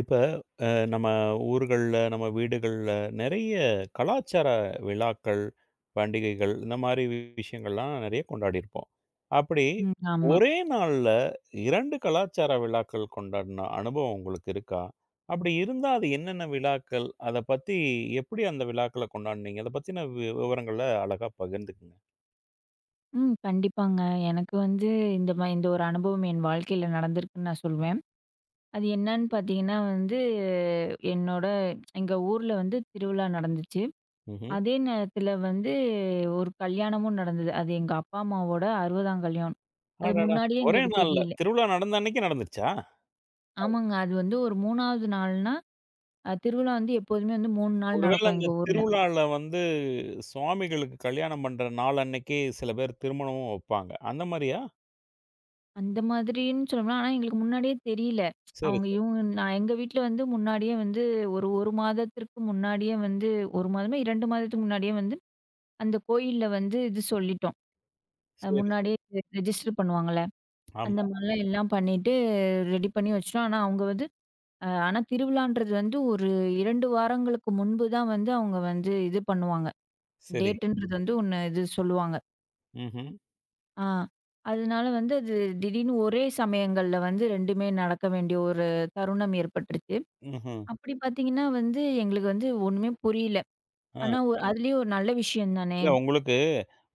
இப்ப அ நம்ம ஊர்கள்ல, நம்ம வீடுகள்ல நெறைய கலாச்சார விழாக்கள், பண்டிகைகள் இந்த மாரி விஷயங்கள்லாம் நெறைய கொண்டாடியிருப்போம். அப்படி ம். ஆமா. ஒரே நாள்ல 2 கலாச்சார விழாக்கள் கொண்டாடின அனுபவம் உங்களுக்கு இருக்கா? அப்படி இருந்தா அது என்னென்ன விழாக்கள்? அத பத்தி எப்படி அந்த விழாக்கள கொண்டாடினீங்க? அத பத்தின விவரங்கள அழகா பகிர்ந்துக்குங்க. ம். கண்டிப்பாங்க. எனக்கு வந்து இந்த ஒரு அனுபவம் என் வாழ்க்கையில நடந்திருக்குன்னு நான் சொல்வேன். அது என்னன்னு பார்த்தீங்கன்னா வந்து, என்னோட எங்க ஊர்ல வந்து திருவிழா நடந்துச்சு. ம்ஹ்ம். அதே நேரத்தில வந்து ஒரு கல்யாணமும் நடந்தது. அது எங்க அப்பா அம்மாவோட 60ஆம் கல்யாணம். அது அடடா! முன்னாடியே ஒரே எங்களுக்கு நாள்ல தெரியல. திருவிழா நடந்த அன்னைக்கு நடந்துருச்சா? ஆமாங்க. அது வந்து ஒரு 3வது நாள்னா திருவிழா வந்து எப்போதுமே வந்து 3 நாள் ஒருவேள நடக்கும் அந்த எங்க ஊர்ல. திருவிழால வந்து சுவாமிகளுக்கு கல்யாணம் பண்ற நாள் அன்னைக்கு சில பேர் திருமணமும் வைப்பாங்க. அந்த மாரியா? அந்த மாதிரின்னு சொல்லணும்னா, ஆனா எங்களுக்கு முன்னாடியே தெரியல. சரி, அவங்க சரி. இவங்க நான் எங்க வீட்ல வந்து முன்னாடியே வந்து ஒரு 1 மாதத்திற்கு முன்னாடியே வந்து 1 மாதமோ, 2 மாதத்துக்கு முன்னாடியே வந்து அந்த கோயில்ல வந்து இது சொல்லிட்டோம். அது சரி, சரி. முன்னாடியே ரெஜிஸ்டர் பண்ணுவாங்கல்ல. அந்த ஆமா. மாதிரிலாம் எல்லாம் பண்ணிட்டு ரெடி பண்ணி வச்சுட்டோம். ஆனா அவங்க வந்து ஆனா திருவிழான்றது வந்து ஒரு 2 வாரங்களுக்கு முன்பு தான் வந்து அவங்க வந்து இது பண்ணுவாங்க. சரி. டேட்டுன்றது வந்து ஒண்ணு இது சொல்லுவாங்க. ம்ஹ்ம். ஆ. அதனால வந்து அது திடீர்னு ஒரே சமயங்கள்ல வந்து 2மே நடக்க வேண்டிய ஒரு தருணம் ஏற்பட்டுருச்சு. ம்ஹ்ம். அப்படி பார்த்தீங்கன்னா வந்து எங்களுக்கு வந்து ஒண்ணுமே புரியல. ஆ. ஆனா அதுலயும் ஒரு நல்ல விஷயம் தானே! இல்ல உங்களுக்கு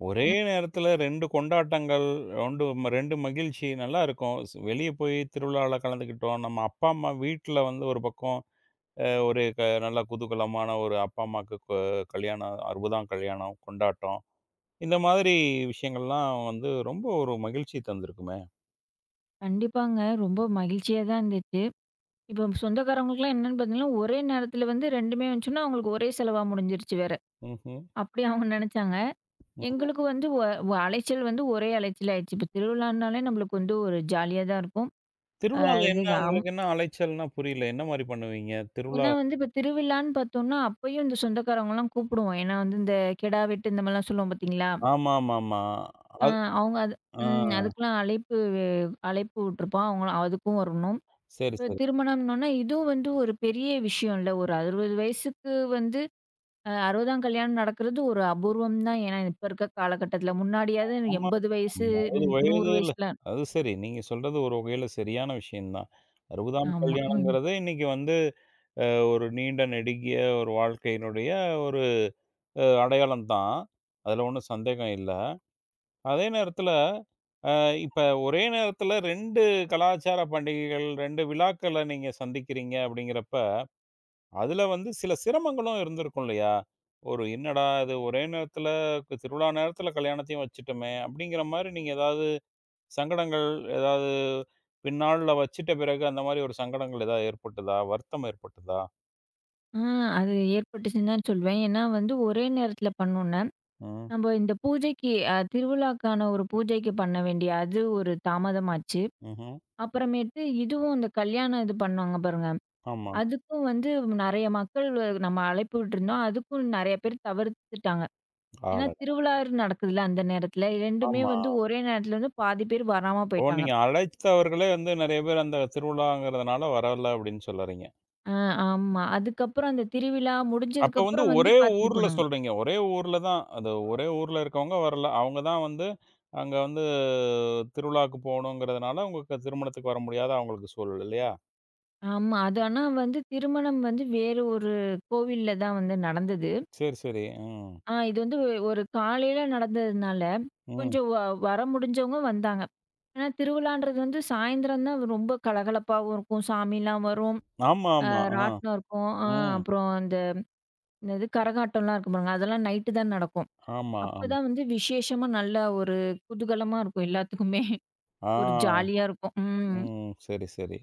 ஒரே ம். நேரத்துல 2 கொண்டாட்டங்கள், 2 2 மகிழ்ச்சி நல்லாருக்கும். வெளிய போய் திருவிழால கலந்துக்கிட்டோம். நம்ம அப்பா, அம்மா வீட்ல வந்து ஒரு பக்கம் ஒரு நல்ல குதூகலமான ஒரு அப்பா, அம்மாக்கு கல்யாணம் 60ஆம் கல்யாணம் கொண்டாட்டம். இந்த மாதிரி விஷயங்கள்லாம் வந்து ரொம்ப ஒரு மகிழ்ச்சி தந்திருக்குமே! கண்டிப்பாங்க. ரொம்ப மகிழ்ச்சியா தான் இருந்துச்சு. இப்ப சொந்தக்காரவங்களுக்குலாம் என்னன்னு பார்த்தீங்கன்னா, ஒரே நேரத்துல வந்து 2மே வந்துச்சுன்னா, அவங்களுக்கு ஒரே செலவா முடிஞ்சிருச்சு வேற. ம்ஹ்ம். அப்படி அவங்க நெனச்சாங்க. எங்களுக்கு வந்து ஒ ஒ- அலைச்சல் வந்து ஒரே அலைச்சல் ஆயிடுச்சு. இப்ப திருவிழானாலே நம்மளுக்கு வந்து ஒரு ஜாலியா தான் இருக்கும். அ திருவிழால இது என்ன உங்களுக்கு என்ன அலைச்சல்ன்னா புரியல. என்ன மாரி பண்ணுவீங்க? திருவிழா ஏன்னா வந்து இப்ப திருவிழான்னு பார்த்தோம்னா, அப்பயும் இந்த சொந்தக்காரவங்கலாம் கூப்பிடுவோம். ஏன்னா வந்து இந்த கிடா வெட்டு இந்த மாரிலாம் சொல்லுவோம் பார்த்தீங்களா? ஆமாமாமா. அ அது அவங்க அது ஆ ம். அதுக்கெல்லாம் அழைப்பு அழைப்பு விட்டுருப்போம். அவங்க அதுக்கும் வரணும். சரி, இப்ப சரி. திருமணம்னோம்னா, இதுவும் வந்து ஒரு பெரிய விஷயம் இல்ல. ஒரு 60 வயசுக்கு வந்து 60ஆம் கல்யாணம் நடக்கிறது ஒரு அபூர்வம் தான். ஏன்னா இப்ப இருக்க காலகட்டத்தில. முன்னாடியாவது ஆமா. 80 வயசு, ஆமா. 60 100 வயதுல வயசுல அது சரி. நீங்க சொல்றது ஒரு வகையில சரியான விஷயம் தான். 60ஆம் ஆமா. ம். கல்யாணங்கிறது இன்னைக்கு வந்து அ ஒரு நீண்ட நெடுகிய ஒரு வாழ்க்கையினுடைய ஒரு அடையாளம் தான். அதுல ஒண்ணும் சந்தேகம் இல்ல. அதே நேரத்துல அ இப்ப ஒரே நேரத்துல 2 கலாச்சார பண்டிகைகள், 2 விழாக்கள நீங்க சந்திக்கிறீங்க அப்படிங்கிறப்ப அதுல வந்து சில சிரமங்களும் இருந்திருக்கும் இல்லையா? ஒரு என்னடா இது ஒரே நேரத்துல திருவிழா நேரத்துல கல்யாணத்தையும் வச்சுட்டோமே! அப்படிங்கிற மாரி நீங்க ஏதாவது சங்கடங்கள் ஏதாவது பின்னாள்ல வச்சுட்ட பிறகு அந்த மாரி ஒரு சங்கடங்கள் ஏதாவது ஏற்பட்டதா? வருத்தம் ஏற்பட்டதா? ஆ அது ஏற்பட்டுச்சுன்னு தான் சொல்வேன். ஏன்னா வந்து ஒரே நேரத்தில பண்ணோம்ல. ம். நம்ம இந்த பூஜைக்கு திருவிழாக்கான ஒரு பூஜைக்கு பண்ண வேண்டிய அது ஒரு தாமதமாச்சு. ம்ஹ்ம். அப்புறமேட்டு இதுவும் இந்த கல்யாணம் இது பண்ணுவாங்க பாருங்க. ஆமா. அதுக்கும் வந்து நெறைய மக்கள் நம்ம அழைப்பு விட்டுருந்தோம். அதுக்கும் நெறைய பேர் தவிர்த்துட்டாங்க. ஏன்னா அடடா! திருவிழா நடக்குதுல்ல அந்த நேரத்துல. 2மே ஆமா. வந்து ஒரே நேரத்துல வந்து பாதி பேர் வராம ஓ! போயிட்டாங்க. நீங்க அழைத்தவர்களே வந்து நெறைய பேர் அந்த திருவிழாங்கிறதுனால வரல அப்படின்னு சொல்லறீங்க. அ ஆமா. அதுக்கப்புறம் அந்த திருவிழா அப்ப வந்து முடிஞ்சதுக்கப்புறம் வந்து ஒரே பார்த்துட்டு ஊர்ல போனாங்க. சொல்றீங்க. ஒரே ஊர்ல தான். அது ஒரே ஊர்ல இருக்கவங்க வரல. அவங்க தான் வந்து அங்க வந்து திருவிழாக்கு போணுங்கிறதுனால, உங்களுக்கு திருமணத்துக்கு வர முடியாத அவங்களுக்கு சூழல் இல்லையா? ஆமா. அது ஆனா வந்து திருமணம் வந்து வேறு ஒரு கோவில்ல தான் வந்து நடந்தது. சரி, சரி. ம். இது வந்து ஒரு காலையில நடந்ததுனால, ம். கொஞ்சம் வர முடிஞ்சவங்க வந்தாங்க. ஏன்னா திருவிழான்றது வந்து சாயந்தரம் தான் ரொம்ப கலகலப்பாவும் இருக்கும். சாமிலாம் வரும். ஆமா, அ ஆமா. ஆ. ராட்டினம் இருக்கும். ம். அப்புறம் அந்த என்னது கரகாட்டம்லாம் இருக்கும் பாருங்க. அதெல்லாம் நைட்டு தான் நடக்கும். ஆமா, ஆமா. அப்பதான் வந்து விசேஷமா நல்ல ஒரு குதூகலமா இருக்கும் எல்லாத்துக்குமே. ஆ. ஒரு ஜாலியா இருக்கும். ம். ம். சரி, சரி.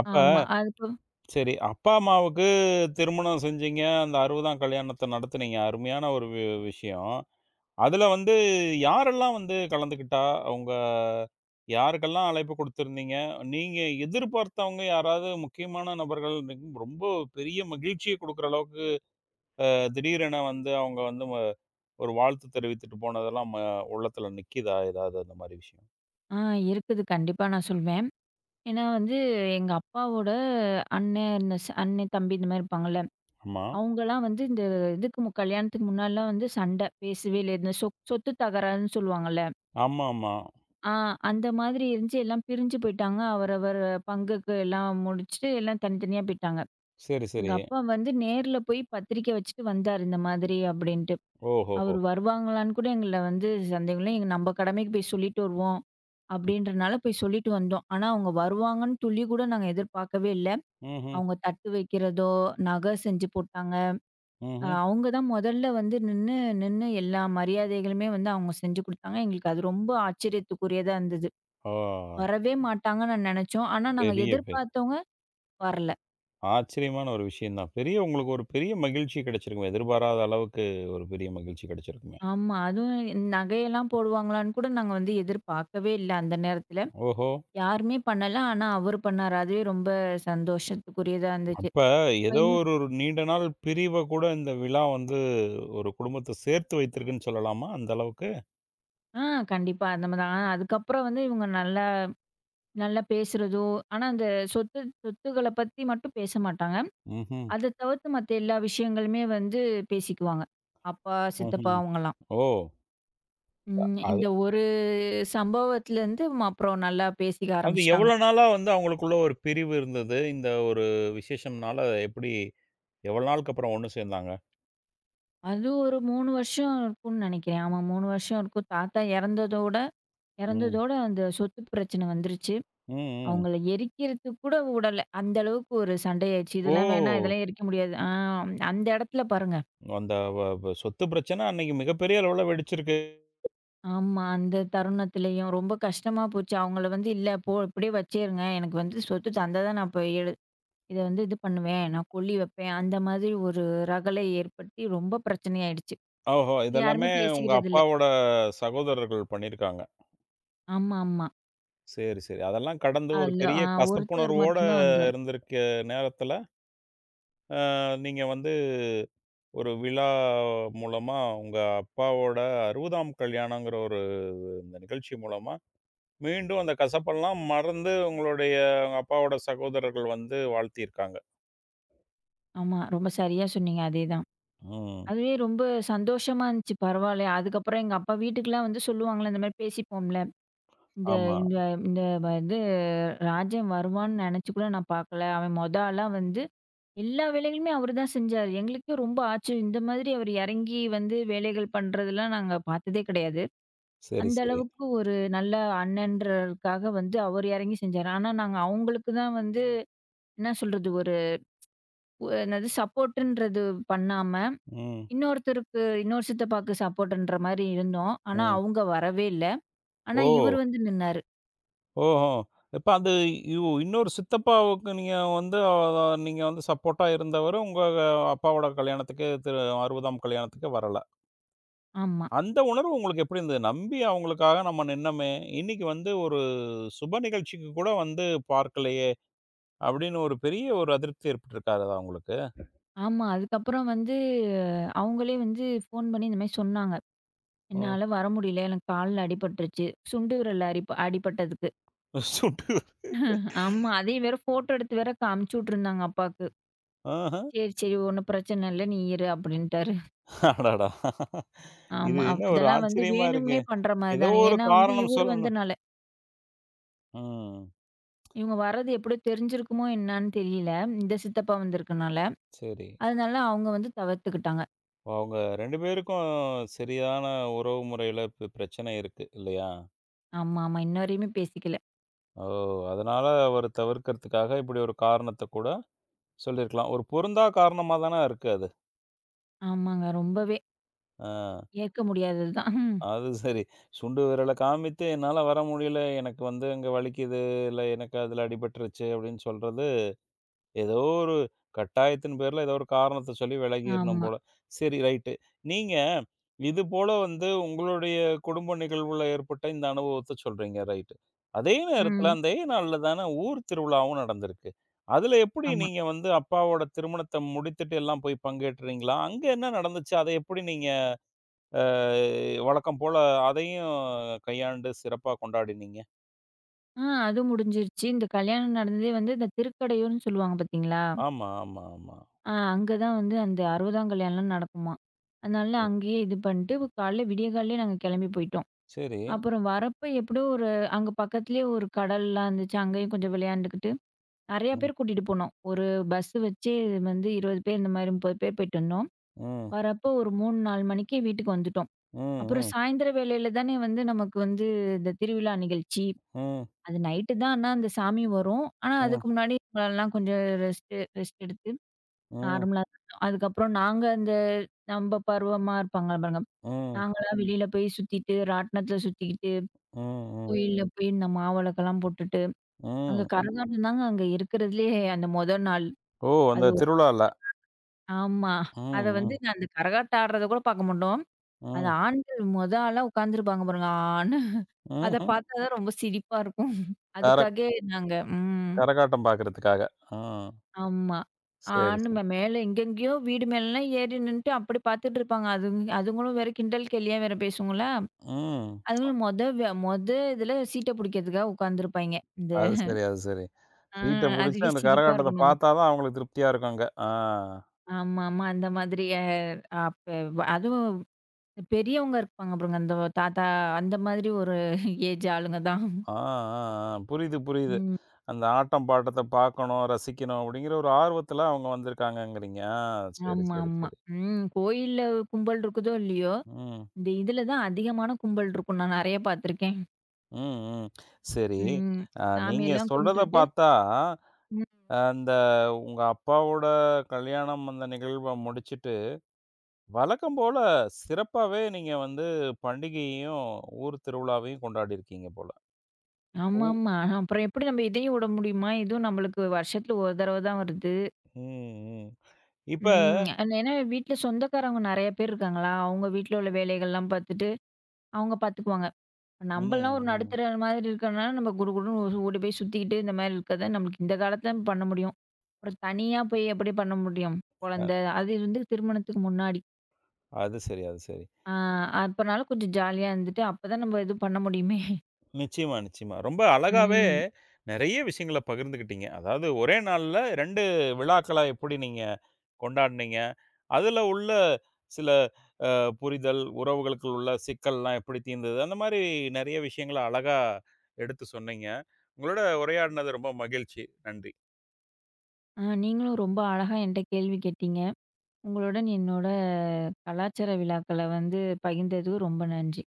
அப்ப ஆமா. அதுக்கு சரி அப்பா, அம்மாவுக்கு திருமணம் செஞ்சீங்க. அந்த 60ஆம் கல்யாணத்த நடத்துனீங்க. அருமையான ஒரு விஷயம். அதுல வந்து யாரெல்லாம் வந்து கலந்துக்கிட்டா? உங்க யாருக்கெல்லாம் அழைப்பு குடுத்திருந்தீங்க? நீங்க எதிர்பார்த்தவங்க யாராவது முக்கியமான நபர்கள் இன்னைக்கு ரொம்ப பெரிய மகிழ்ச்சிய குடுக்குற அளவுக்கு திடீரென வந்து அவங்க வந்து ஒரு வாழ்த்து தெரிவித்துட்டு போனதெல்லாம் உள்ளத்துல நிக்கிதா? ஏதாவது அந்த மாரி விஷயம்? ஆ இருக்குது. கண்டிப்பா நான் சொல்வேன். ஏன்னா வந்து எங்க அப்பாவோட அண்ணன், அண்ணன், தம்பி இந்த மாரி இருப்பாங்கல்ல. ஆமா. அவங்கலாம் வந்து இந்த இதுக்கு மு கல்யாணத்துக்கு முன்னாடிலாம் வந்து சண்டை. பேசவே இல்ல. இந்த சொத்து தகராறுன்னு சொல்லுவாங்கல்ல. ஆமாமா. ஆ அந்த மாதிரி இருந்துச்சு. எல்லாம் பிரிஞ்சு போயிட்டாங்க. அவரவர் பங்குக்கு எல்லாம் முடிச்சுட்டு எல்லாம் தனித்தனியா போயிட்டாங்க. சரி, எங்க சரி. அப்பா வந்து நேர்ல போய் பத்திரிக்கை வச்சுட்டு வந்தாரு, இந்த மாதிரி அப்படின்ட்டு. ஓஹோஹோ! அவரு வருவாங்களான்னு கூட எங்கள வந்து சந்தேகம் இல்ல. நம்ம கடமைக்கு போய் சொல்லிட்டு வருவோம். அப்படின்றனால போய் சொல்லிட்டு வந்தோம். ஆனா அவங்க வருவாங்கன்னு துளி கூட நாங்க எதிர்பார்க்கவே இல்ல. ம்ஹ்ம். அவங்க தட்டு வைக்கிறதோ, நகை செஞ்சு போட்டாங்க. ம்ஹ்ம். அவங்க தான் முதல்ல வந்து நின்னு நின்னு எல்லா மரியாதைகளுமே வந்து அவங்க செஞ்சு குடுத்தாங்க. எங்களுக்கு அது ரொம்ப ஆச்சரியத்துக்குரியதா இருந்தது. ஓ! வரவே மாட்டாங்கன்னு நான் நெனச்சோம். ஆனா நாங்க பெரிய பெ எதிர்பார்த்தவங்க வரல. ஆச்சரியமான ஒரு விஷயம் தான். பெரிய உங்களுக்கு ஒரு பெரிய மகிழ்ச்சி கிடைச்சிருக்குமே. எதிர்பாராத அளவுக்கு ஒரு பெரிய மகிழ்ச்சி கிடைச்சிருக்குமே. ஆமா. அதுவும் இந்த நகையெல்லாம் போடுவாங்களான்னு கூட நாங்க வந்து எதிர்பார்க்கவே இல்ல அந்த நேரத்துல. ஓஹோ! யாருமே பண்ணல. ஆனா அவரு பண்ணாரு. அதுவே ரொம்ப சந்தோஷத்துக்குரியதா இருந்துச்சு. அப்ப அ ஏதோ இன் ஒரு ஒரு நீண்ட நாள் பிரிவ கூட இந்த விழா வந்து ஒரு குடும்பத்த சேர்த்து வைத்திருக்குன்னு சொல்லலாமா? அந்த அளவுக்கு? ஆ கண்டிப்பா. நம்ம தான் அதுக்கப்புறம் வந்து இவங்க நல்லா நல்லா பேசுறதோ ஆனா அந்த சொத்து சொத்துக்கள பத்தி மட்டும் பேச மாட்டாங்க. ம்ஹ்ம். அத தவிர்த்து மத்த எல்லா விஷயங்களுமே வந்து பேசிக்குவாங்க. அப்பா, சித்தப்பா ம்ஹ்ம். அவங்கலாம். ஓ! ம். அது இந்த ஒரு சம்பவத்துலேருந்து அப்புறம் நல்லா பேசிக்க அது ஆரம்பிச்சுட்டாங்க. எவ்வளோ நாளா வந்து அவங்களுக்குள்ள ஒரு பிரிவு இருந்தது? இந்த ஒரு விசேஷம்னால எப்படி எவ்வளோ நாளுக்கு அப்புறம் ஒண்ணு சேர்ந்தாங்க? அது ஒரு 3 வருஷம் இருக்கும்னு நினைக்கிறேன். ஆமா 3 வருஷம் இருக்கும். தாத்தா இறந்ததோட ம். இறந்ததோட அந்த சொத்து பிரச்சனை வந்துருச்சு. ம், ம். அவங்கள எரிக்கிறதுக்கு கூட விடல. அந்த அளவுக்கு ஒரு சண்டையாச்சு. இதெல்லாம் வேணாம், ஓ! இதெல்லாம் எரிக்க முடியாது. அந்த இடத்துல பாருங்க. அந்த வ வ சொத்து பிரச்சனை அன்னைக்கு மிகப்பெரிய அளவுல வெடிச்சிருக்கு. ஆமா. அந்த தருணத்திலயும் ரொம்ப கஷ்டமா போச்சு. அவங்கள வந்து இல்ல போ இப்படியே வச்சேருங்க. எனக்கு வந்து சொத்து தந்தா தான் நான் போய் இத வந்து இது பண்ணுவேன். நான் கொல்லி வைப்பேன். அந்த மாதிரி ஒரு ரகளை ஏற்படுத்தி ரொம்ப பிரச்சனையாயிடுச்சு. ஓஹோ! யாருமே இதெல்லாமே உங்க பேசிக்கிறதில்ல. அப்பாவோட சகோதரர்கள் பண்ணியிருக்காங்க. ஆமா, ஆமா. சரி, சரி. அதெல்லாம் கடந்து ஒரு அதுல பெரிய ஒருத்தர் கசப்புணர்வோட மட்டும் தான் வந்தாரு. இருந்திருக்க நேரத்தில, அ நீங்க வந்து ஒரு விழா மூலமா உங்க அப்பாவோட 60ஆம் கல்யாணங்கிற ஒரு இந்த நிகழ்ச்சி மூலமா, மீண்டும் அந்த கசப்பெல்லாம் மறந்து உங்களுடைய உங்க அப்பாவோட சகோதரர்கள் வந்து வாழ்த்தியிருக்காங்க. ஆமா. ரொம்ப சரியா சொன்னீங்க. அதேதான். ம். அதுவே ரொம்ப சந்தோஷமா இருந்துச்சு. பரவாயில்லையே! அதுக்கப்புறம் எங்க அப்பா வீட்டுக்குலாம் வந்து சொல்லுவாங்கள்ல, இந்த மாரி பேசிப்போம்ல. இந்த ஆமா. இந்த இந்த வ இது ராஜன் வருவான்னு நெனச்சு கூட நான் பார்க்கல. அவன் மொத ஆளா வந்து எல்லா வேலைகளுமே அவரு தான் செஞ்சாரு. எங்களுக்கே ரொம்ப ஆச்சரியம். இந்த மாதிரி அவர் எறங்கி வந்து வேலைகள் பண்றதெல்லாம் நாங்க பார்த்ததே கிடையாது. சரி, அந்த சரி. அளவுக்கு ஒரு நல்ல அண்ணன்றதுக்காக வந்து அவர் இறங்கி செஞ்சாரு. ஆனா, நாங்க அவங்களுக்கு தான் வந்து என்ன சொல்றது? என்னது சப்போர்ட்டுன்றது பண்ணாம, ம், இன்னொருத்தருக்கு இன்னொரு சித்தப்பாக்கு சப்போர்ட்டுன்ற மாரி இருந்தோம். ஆனா, ம். அவங்க வரவே இல்ல. ஆனா, ஓ! இவர் வந்து நின்னாரு. ஓஹோ! இப்ப அது இன்னொரு சித்தப்பாவுக்கு நீங்க வந்து அத நீங்க வந்து சப்போர்ட்டா இருந்தவரு, உங்க அப்பாவோட கல்யாணத்துக்கு 60ஆம் கல்யாணத்துக்கு வரல. ஆமா. அந்த உணர்வு உங்களுக்கு எப்படி இருந்தது? நம்பி அவங்களுக்காக நம்ம நின்னோமே, இன்னைக்கு வந்து ஒரு சுப நிகழ்ச்சிக்கு கூட வந்து பார்க்கலையே! அப்படின்னு ஒரு பெரிய ஒரு அதிருப்தி ஏற்பட்டிருக்காதா உங்களுக்கு? ஆமா. அதுக்கப்புறம் வந்து அவங்களே வந்து ஃபோன் பண்ணி இந்த மாரி சொன்னாங்க. ம். "என்னால வர முடியல. எனக்கு கால்ல அடிபட்டுருச்சு." சுண்டு விரல்ல அடிபட்டதுக்கு. சுட்டு ஆமா. அதையும் வேற ஃபோட்டோ எடுத்து வேற காமிச்சு விட்டுருந்தாங்க அப்பாக்கு. ஆஹ. "சரி, சரி ஒண்ணும் பிரச்சனை இல்ல. நீ இரு" அப்படின்ட்டாரு. அடடா! இது ஆமா. என்ன அப்ப ஒரு இதெல்லாம் வந்து ஆச்சரியமா இருக்கே! வேணும்னே பண்ற மாரி ஏதோ தானே. ஒரு ஏன்னா வந்து காரணம் இவரு சொல்லணும். வந்தனால. ம். இவங்க வர்றது எப்படியோ தெரிஞ்சிருக்குமோ என்னான்னு தெரியல. இந்த சித்தப்பா வந்திருக்கனால. சரி. அதனால அவங்க வந்து தவிர்த்துக்கிட்டாங்க. அவங்க 2 பேருக்கும் சரியான உறவு முறையில பிரச்சனை இருக்கு இல்லையா? ஆமா, ஆமா. இன்ன வரையுமே பேசிக்கல. ஓ! அதனால அவரு தவிர்க்கிறதுக்காக இப்படி ஒரு காரணத்த கூட சொல்லியிருக்கலாம். ஒரு பொருந்தா காரணமா தானே இருக்கு அது. ஆமாங்க. ரொம்பவே ஆ ஏற்க முடியாதது தான். அது சரி. சுண்டு விரல காமித்து என்னால வர முடியல. எனக்கு வந்து அங்க வலிக்குது, இல்ல எனக்கு அதுல அடிபட்டுருச்சு அப்படின்னு சொல்றது ஏதோ ஒரு கட்டாயத்தின் பேர்ல, ஏதோ ஒரு காரணத்த சொல்லி விலகிரணும் ஆமா. போல. சரி ரைட்டு. நீங்க இது போல வந்து உங்களுடைய குடும்ப நிகழ்வுல ஏற்பட்ட இந்த அனுபவத்த சொல்றீங்க. ரைட்டு. அதே நேரத்துல ம். அதே நாள்ல தான ஊர் திருவிழாவும் நடந்திருக்கு. அதுல எப்படி ஆமா. நீங்க வந்து அப்பாவோட திருமணத்த முடித்துட்டு எல்லாம் போய் பங்கேற்றீங்களா? அங்க என்ன நடந்துச்சு? அத எப்படி நீங்க அ வழக்கம் போல அதையும் கையாண்டு சிறப்பா கொண்டாடினீங்க? அது முடிஞ்சிருச்சு. இந்த கல்யாணம் நடந்ததே வந்து இந்த திருக்கடையூர்ன்னு சொல்லுவாங்க பார்த்தீங்களா? ஆமா, ஆமா, ஆமா. அங்க தான் வந்து அந்த 60ஆம் கல்யாணம்லாம் நடக்குமாம். அதனால அங்கேயே இது பண்ணிட்டு காலைல விடிய காலையிலயே நாங்க கிளம்பி போயிட்டோம். சரி. அப்புறம் வரப்ப எப்படியோ ஒரு அங்க பக்கத்துலயே ஒரு கடல்லாம் இருந்துச்சு. அங்கேயும் கொஞ்சம் விளையாண்டுக்கிட்டு, நெறைய ம், பேர் கூட்டிட்டு போனோம். ஒரு பஸ் வச்சே வந்து 20 பேர் இந்த மாரி 30 பேர் போயிட்டு வந்தோம். ம், வரப்போ ஒரு 3, 4 மணிக்கு வீட்டுக்கு வந்துட்டோம். ம், அப்புறம் ம், சாயந்தர வேளையில தானே வந்து நமக்கு வந்து இந்த திருவிழா நிகழ்ச்சி. ம். அது நைட்டு தான் ஆனா அந்த சாமி வரும். ஆனா ம், அதுக்கு முன்னாடி எல்லாம் கொஞ்சம் ரெஸ்ட் ரெஸ்ட் எடுத்து ம், நார்மலா இருந்தோம். அதுக்கப்புறம் நாங்க அந்த நம்ப பருவமா இருப்பாங்க பாருங்க. ம், நாங்கலாம் வெளியில போய் சுத்திட்டு, ராட்டினத்துல சுத்திக்கிட்டு ம், ம், கோயில்ல போய் இந்த மாவிளக்கெல்லாம் போட்டுட்டு, அங்க ம். கரகாட்டம் தாங்க அங்க இருக்கிறதுலயே அந்த மொத நாள். ஓ! அது அந்த ஒ திருவிழால. ஆமா. ம், அத வந்து ம், நான் அந்த கரகாட்டம் ஆடுறத கூட பார்க்க மாட்டோம். அது ம், ஆண்கள் மொத ஆளா உட்காந்துருப்பாங்க பாருங்க, ஆன்னு. அத ம்ஹ்ம். பார்த்தா தான் ரொம்ப சிரிப்பா இருக்கும். கர அதுக்காகவே நாங்க ம். கரகாட்டம் பார்க்கறதுக்காக. ம். ஆமா. சரி, ஆன்னு சரி. மேல எங்கெங்கேயோ வீடு மேலலாம் ஏறி நின்னுட்டு அப்படி பார்த்துட்டு இருப்பாங்க. அதுங்களும் வேற கிண்டல் கேலியா வேற பேசுங்களா, ம். அதுங்களும் மொத வே மொத இதுல சீட்ட புடிக்கிறதுக்காக உட்காந்துருப்பாய்ங்க. இந்த அது சரி, அது சரி. ஆ சீட்ட புடிச்சு அதுவே அந்த சிரிப்பா கரகாட்டத்த இருக்கும் நமக்கு. பார்த்தா தான் அவங்களுக்கு திருப்தியா இருக்கும் அங்க. ஆ. ஆமாமா. அந்த மாதிரி அப்ப அதுவும் பெரியவங்க இருப்பாங்க பாருங்க. அந்த தாத்தா அந்த மாதிரி ஒரு ஏஜ் ஆளுங்க தான். ஆ, ஆ, ஆ. புரியுது, புரியுது. ம். அந்த ஆட்டம் பாட்டத்த பார்க்கணும், ரசிக்கணும் அப்படிங்கிற ஒரு ஆர்வத்துல அவங்க வந்திருக்காங்கங்கிறீங்க. ஆ, சரி, ஆமா, சரி, ஆமா. சரி. ம். கோயில்ல கும்பல் இருக்குதோ இல்லையோ, ம், இதுல தான் அதிகமான கும்பல் இருக்கும். நான் நெறைய பார்த்துருக்கேன். ம், ம். சரி. ம். நீங்க சாமியெல்லாம் சொல்றத கும்பிட்டுட்டு பார்த்தா ம். அந்த உங்க அப்பாவோட கல்யாணம் அந்த நிகழ்வ முடிச்சுட்டு, வழக்கம் போல சிறப்பாவே நீங்க வந்து பண்டிகையையும், ஊர் திருவிழாவையும் கொண்டாடியிருக்கீங்க போல. ஓ! ஆமாமா. அப்புறம் எப்படி நம்ம இதையும் விட முடியுமா? இதுவும் நம்மளுக்கு வருஷத்துல ஒரு தடவ தான் வருது. ம், ம். இப்ப ம். அது ஏன்னா வீட்ல சொந்தக்காரவங்க நெறைய பேர் இருக்காங்களா, அவங்க வீட்ல உள்ள வேலைகள்லாம் பார்த்துட்டு அவங்க பார்த்துக்குவாங்க. ம், நம்பல்லாம் ஒரு ம். நடுத்தர மாதிரி இருக்கனால, நம்ம குடு குடுன்னு ஓடி போய் சுத்திக்கிட்டு இந்த மாரி இருக்கிறது தான் நம்மளுக்கு இந்த காலத்துல பண்ண முடியும். அப்புறம் தனியா போய் எப்படி பண்ண முடியும்? அ குழந்தை அது வந்து திருமணத்துக்கு முன்னாடி. அது சரி, அது சரி. ஆ அப்பனாலும் கொஞ்சம் ஜாலியா இருந்துட்டு, அப்பதான் நம்ம இது பண்ண முடியுமே! நிச்சயமா, நிச்சயமா. ரொம்ப அழகாவே ம். நெறைய விஷயங்கள பகிர்ந்துக்கிட்டீங்க. அதாவது ஒரே நாள்ல 2 விழாக்களா எப்படி நீங்க கொண்டாடுனீங்க? அதுல உள்ள சில புரிதல், உறவுகளுக்குள் உள்ள சிக்கல்லாம் எப்படி தீர்ந்தது? அந்த மாரி நெறைய விஷயங்கள அழகா எடுத்து சொன்னீங்க. உங்களோட உரையாடினது ரொம்ப மகிழ்ச்சி. நன்றி. நீங்களும் ரொம்ப அழகா என்ட்ட கேள்வி கேட்டீங்க. உங்களுடன் என்னோட கலாச்சார விழாக்கள வந்து பகிர்ந்ததுக்கு ரொம்ப நன்றி.